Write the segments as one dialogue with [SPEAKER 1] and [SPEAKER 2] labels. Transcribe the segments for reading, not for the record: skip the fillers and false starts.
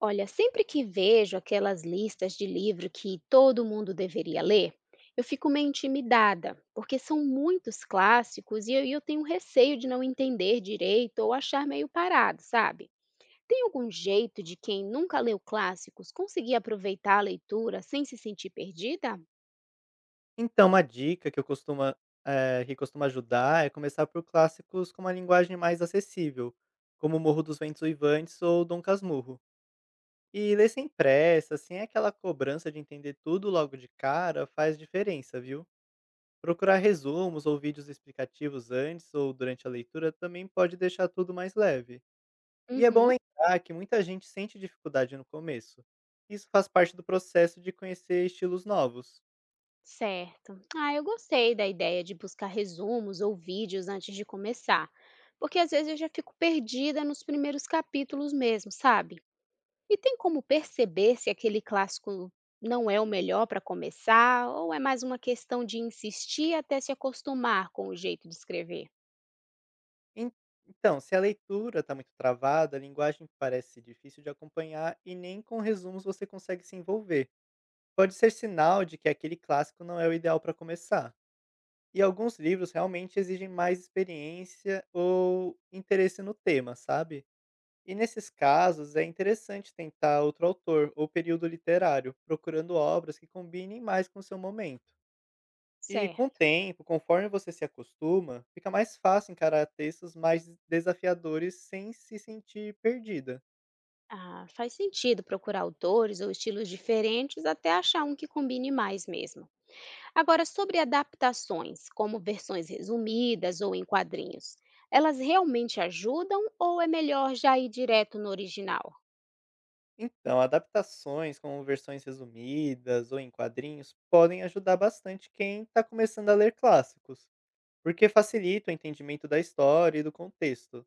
[SPEAKER 1] Olha, sempre que vejo aquelas listas de livro que todo mundo deveria ler, eu fico meio intimidada, porque são muitos clássicos e eu tenho receio de não entender direito ou achar meio parado, sabe? Tem algum jeito de quem nunca leu clássicos conseguir aproveitar a leitura sem se sentir perdida?
[SPEAKER 2] Então, uma dica que eu costumo, que costuma ajudar é começar por clássicos com uma linguagem mais acessível, como Morro dos Ventos Uivantes ou Dom Casmurro. E ler sem pressa, sem aquela cobrança de entender tudo logo de cara, faz diferença, viu? Procurar resumos ou vídeos explicativos antes ou durante a leitura também pode deixar tudo mais leve. E é bom
[SPEAKER 1] Uhum,
[SPEAKER 2] lembrar que muita gente sente dificuldade no começo. Isso faz parte do processo de conhecer estilos novos.
[SPEAKER 1] certo. Ah, eu gostei da ideia de buscar resumos ou vídeos antes de começar, porque às vezes eu já fico perdida nos primeiros capítulos mesmo, sabe? E tem como perceber se aquele clássico não é o melhor para começar, ou é mais uma questão de insistir até se acostumar com o jeito de escrever?
[SPEAKER 2] En então, se a leitura está muito travada, a linguagem parece difícil de acompanhar e nem com resumos você consegue se envolver. Pode ser sinal de que aquele clássico não é o ideal para começar. E alguns livros realmente exigem mais experiência ou interesse no tema, sabe? E nesses casos é interessante tentar outro autor ou período literário, procurando obras que combinem mais com o seu momento. E com o
[SPEAKER 1] Certo.
[SPEAKER 2] tempo, conforme você se acostuma, fica mais fácil encarar textos mais desafiadores sem se sentir perdida.
[SPEAKER 1] Ah, faz sentido procurar autores ou estilos diferentes até achar um que combine mais mesmo. Agora, sobre adaptações, como versões resumidas ou em quadrinhos, elas realmente ajudam ou é melhor já ir direto no original?
[SPEAKER 2] Então, adaptações como versões resumidas ou em quadrinhos podem ajudar bastante quem está começando a ler clássicos, porque facilita o entendimento da história e do contexto.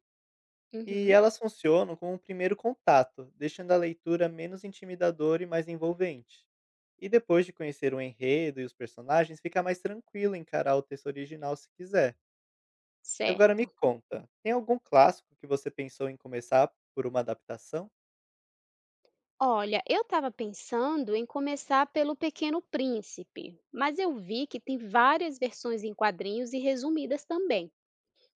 [SPEAKER 2] E
[SPEAKER 1] Uhum,
[SPEAKER 2] elas funcionam como um primeiro contato, deixando a leitura menos intimidadora e mais envolvente. E depois de conhecer o enredo e os personagens, fica mais tranquilo encarar o texto original se quiser. Agora me
[SPEAKER 1] certo.
[SPEAKER 2] conta, tem algum clássico que você pensou em começar por uma adaptação?
[SPEAKER 1] Olha, eu estava pensando em começar pelo Pequeno Príncipe, mas eu vi que tem várias versões em quadrinhos e resumidas também.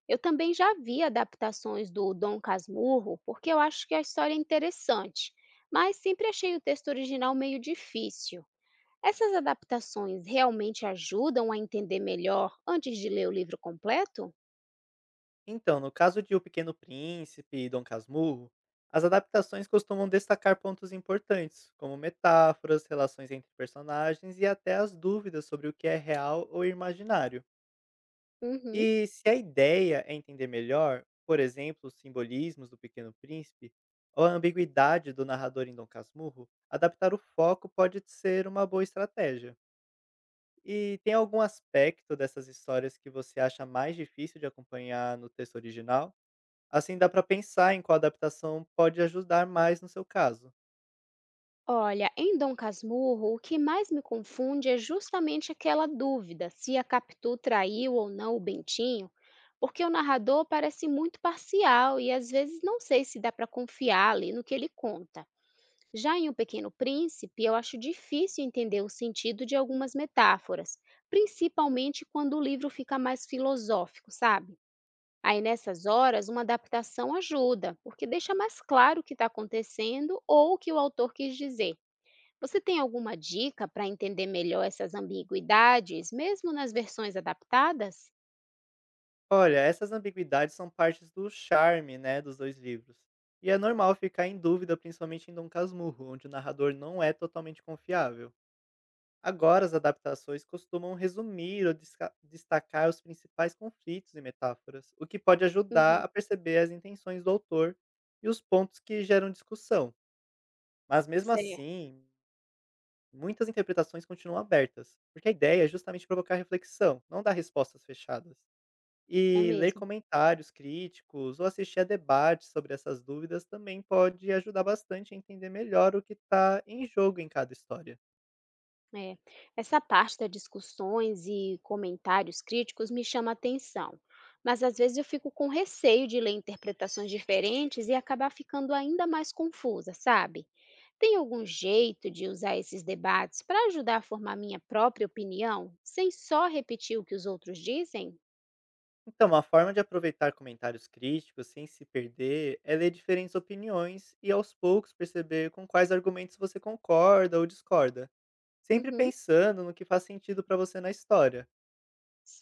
[SPEAKER 1] Eu também já vi adaptações do Dom Casmurro, porque eu acho que a história é interessante, mas sempre achei o texto original meio difícil. Essas adaptações realmente ajudam a entender melhor antes de ler o livro completo?
[SPEAKER 2] Então, no caso de O Pequeno Príncipe e Dom Casmurro, as adaptações costumam destacar pontos importantes, como metáforas, relações entre personagens e até as dúvidas sobre o que é real ou imaginário.
[SPEAKER 1] Uhum.
[SPEAKER 2] E se a ideia é entender melhor, por exemplo, os simbolismos do Pequeno Príncipe ou a ambiguidade do narrador em Dom Casmurro, adaptar o foco pode ser uma boa estratégia. E tem algum aspecto dessas histórias que você acha mais difícil de acompanhar no texto original? Assim dá para pensar em qual adaptação pode ajudar mais no seu caso.
[SPEAKER 1] Olha, em Dom Casmurro, o que mais me confunde é justamente aquela dúvida se a Capitu traiu ou não o Bentinho, porque o narrador parece muito parcial e às vezes não sei se dá para confiar ali no que ele conta. Já em O Pequeno Príncipe, eu acho difícil entender o sentido de algumas metáforas, principalmente quando o livro fica mais filosófico, sabe? Aí nessas horas, uma adaptação ajuda, porque deixa mais claro o que está acontecendo ou o que o autor quis dizer. Você tem alguma dica para entender melhor essas ambiguidades, mesmo nas versões adaptadas?
[SPEAKER 2] Olha, essas ambiguidades são partes do charme, né, dos dois livros. E é normal ficar em dúvida, principalmente em Dom Casmurro, onde o narrador não é totalmente confiável. Agora, as adaptações costumam resumir ou destacar os principais conflitos e metáforas, o que pode
[SPEAKER 1] Uhum,
[SPEAKER 2] ajudar a perceber as intenções do autor e os pontos que geram discussão. Mas mesmo
[SPEAKER 1] certo,
[SPEAKER 2] assim, muitas interpretações continuam abertas, porque a ideia é justamente provocar reflexão, não dar respostas fechadas.
[SPEAKER 1] é
[SPEAKER 2] E ler
[SPEAKER 1] mesmo.
[SPEAKER 2] comentários críticos ou assistir a debates sobre essas dúvidas também pode ajudar bastante a entender melhor o que está em jogo em cada história.
[SPEAKER 1] É. Essa parte das discussões e comentários críticos me chama a atenção, mas às vezes eu fico com receio de ler interpretações diferentes e acabar ficando ainda mais confusa, sabe? Tem algum jeito de usar esses debates para ajudar a formar minha própria opinião, sem só repetir o que os outros dizem?
[SPEAKER 2] Então, uma forma de aproveitar comentários críticos sem se perder é ler diferentes opiniões e aos poucos perceber com quais argumentos você concorda ou discorda, sempre
[SPEAKER 1] Uhum,
[SPEAKER 2] pensando no que faz sentido para você na história.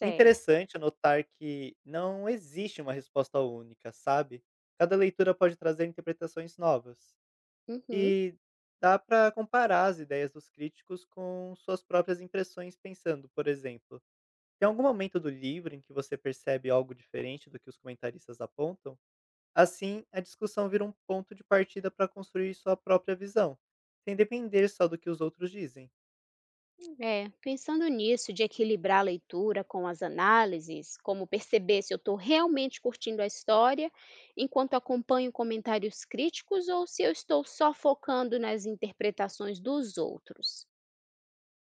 [SPEAKER 2] O interessante é notar que não existe uma resposta única, sabe? Cada leitura pode trazer interpretações novas.
[SPEAKER 1] Uhum.
[SPEAKER 2] E dá para comparar as ideias dos críticos com suas próprias impressões, pensando, por exemplo, tem algum momento do livro em que você percebe algo diferente do que os comentaristas apontam? Assim, a discussão vira um ponto de partida para construir sua própria visão, sem depender só do que os outros dizem.
[SPEAKER 1] É, pensando nisso, de equilibrar a leitura com as análises, como perceber se eu estou realmente curtindo a história enquanto acompanho comentários críticos ou se eu estou só focando nas interpretações dos outros.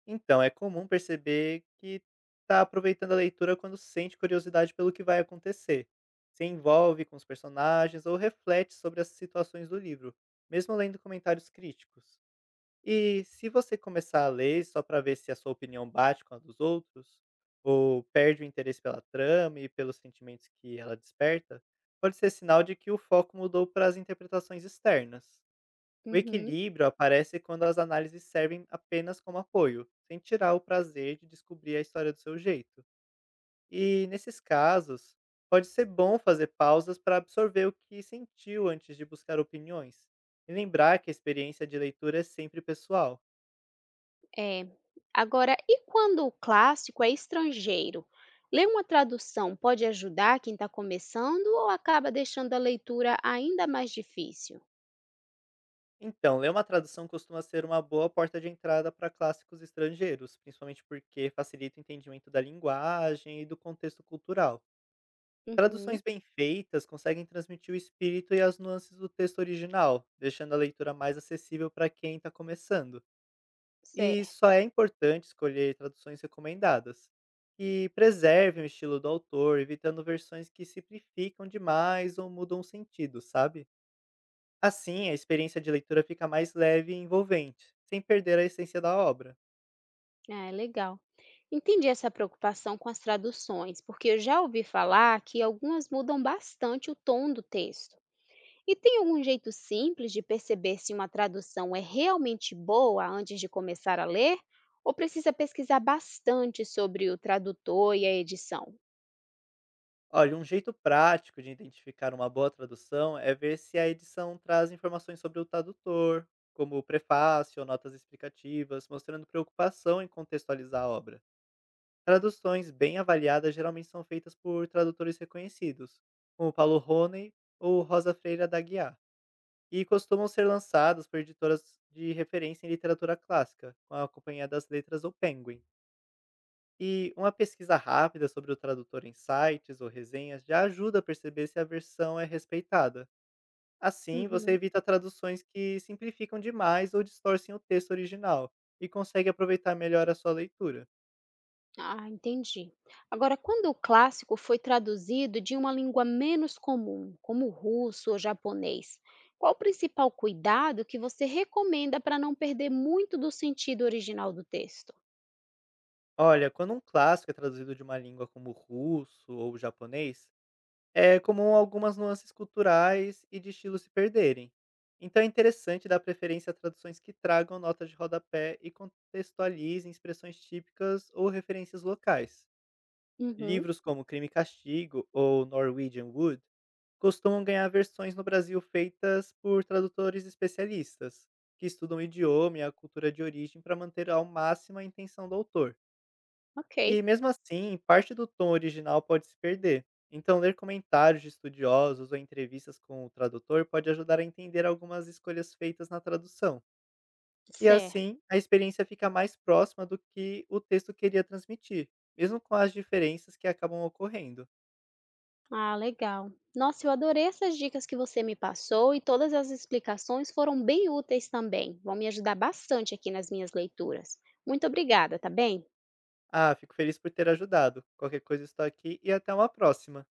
[SPEAKER 2] Então, é comum perceber que está aproveitando a leitura quando sente curiosidade pelo que vai acontecer, se envolve com os personagens ou reflete sobre as situações do livro, mesmo lendo comentários críticos. E se você começar a ler só para ver se a sua opinião bate com a dos outros, ou perde o interesse pela trama e pelos sentimentos que ela desperta, pode ser sinal de que o foco mudou para as interpretações externas. O
[SPEAKER 1] Uhum,
[SPEAKER 2] equilíbrio aparece quando as análises servem apenas como apoio, sem tirar o prazer de descobrir a história do seu jeito. E, nesses casos, pode ser bom fazer pausas para absorver o que sentiu antes de buscar opiniões, e lembrar que a experiência de leitura é sempre pessoal.
[SPEAKER 1] é. Agora, e quando o clássico é estrangeiro? Ler uma tradução pode ajudar quem está começando ou acaba deixando a leitura ainda mais difícil?
[SPEAKER 2] Então, ler uma tradução costuma ser uma boa porta de entrada para clássicos estrangeiros, principalmente porque facilita o entendimento da linguagem e do contexto cultural.
[SPEAKER 1] Uhum,
[SPEAKER 2] Traduções bem feitas conseguem transmitir o espírito e as nuances do texto original, deixando a leitura mais acessível para quem está começando. E
[SPEAKER 1] certo.
[SPEAKER 2] só é importante escolher traduções recomendadas, que preservem o estilo do autor, evitando versões que simplificam demais ou mudam o sentido, sabe? Assim, a experiência de leitura fica mais leve e envolvente, sem perder a essência da obra.
[SPEAKER 1] Ah, é legal. Entendi essa preocupação com as traduções, porque eu já ouvi falar que algumas mudam bastante o tom do texto. E tem algum jeito simples de perceber se uma tradução é realmente boa antes de começar a ler? Ou precisa pesquisar bastante sobre o tradutor e a edição?
[SPEAKER 2] Olha, um jeito prático de identificar uma boa tradução é ver se a edição traz informações sobre o tradutor, como o prefácio ou notas explicativas, mostrando preocupação em contextualizar a obra. Traduções bem avaliadas geralmente são feitas por tradutores reconhecidos, como Paulo Rony ou Rosa Freira da Guiar, e costumam ser lançadas por editoras de referência em literatura clássica, com a Companhia das Letras ou Penguin. E uma pesquisa rápida sobre o tradutor em sites ou resenhas já ajuda a perceber se a versão é respeitada. Assim, você
[SPEAKER 1] Uhum.
[SPEAKER 2] evita traduções que simplificam demais ou distorcem o texto original e consegue aproveitar melhor a sua leitura.
[SPEAKER 1] Ah, entendi. Agora, quando o clássico foi traduzido de uma língua menos comum, como o russo ou japonês, qual o principal cuidado que você recomenda para não perder muito do sentido original do texto?
[SPEAKER 2] Olha, quando um clássico é traduzido de uma língua como o russo ou o japonês, é comum algumas nuances culturais e de estilo se perderem. Então é interessante dar preferência a traduções que tragam notas de rodapé e contextualizem expressões típicas ou referências locais.
[SPEAKER 1] Uhum,
[SPEAKER 2] Livros como Crime e Castigo ou Norwegian Wood costumam ganhar versões no Brasil feitas por tradutores especialistas, que estudam o idioma e a cultura de origem para manter ao máximo a intenção do autor. E
[SPEAKER 1] ok.
[SPEAKER 2] mesmo assim, parte do tom original pode se perder. Então, ler comentários de estudiosos ou entrevistas com o tradutor pode ajudar a entender algumas escolhas feitas na tradução. E
[SPEAKER 1] Certo.
[SPEAKER 2] assim, a experiência fica mais próxima do que o texto queria transmitir, mesmo com as diferenças que acabam ocorrendo.
[SPEAKER 1] Ah, legal. Nossa, eu adorei essas dicas que você me passou e todas as explicações foram bem úteis também. Vão me ajudar bastante aqui nas minhas leituras. Muito obrigada, tá bem?
[SPEAKER 2] Ah, fico feliz por ter ajudado. Qualquer coisa estou aqui e até uma próxima.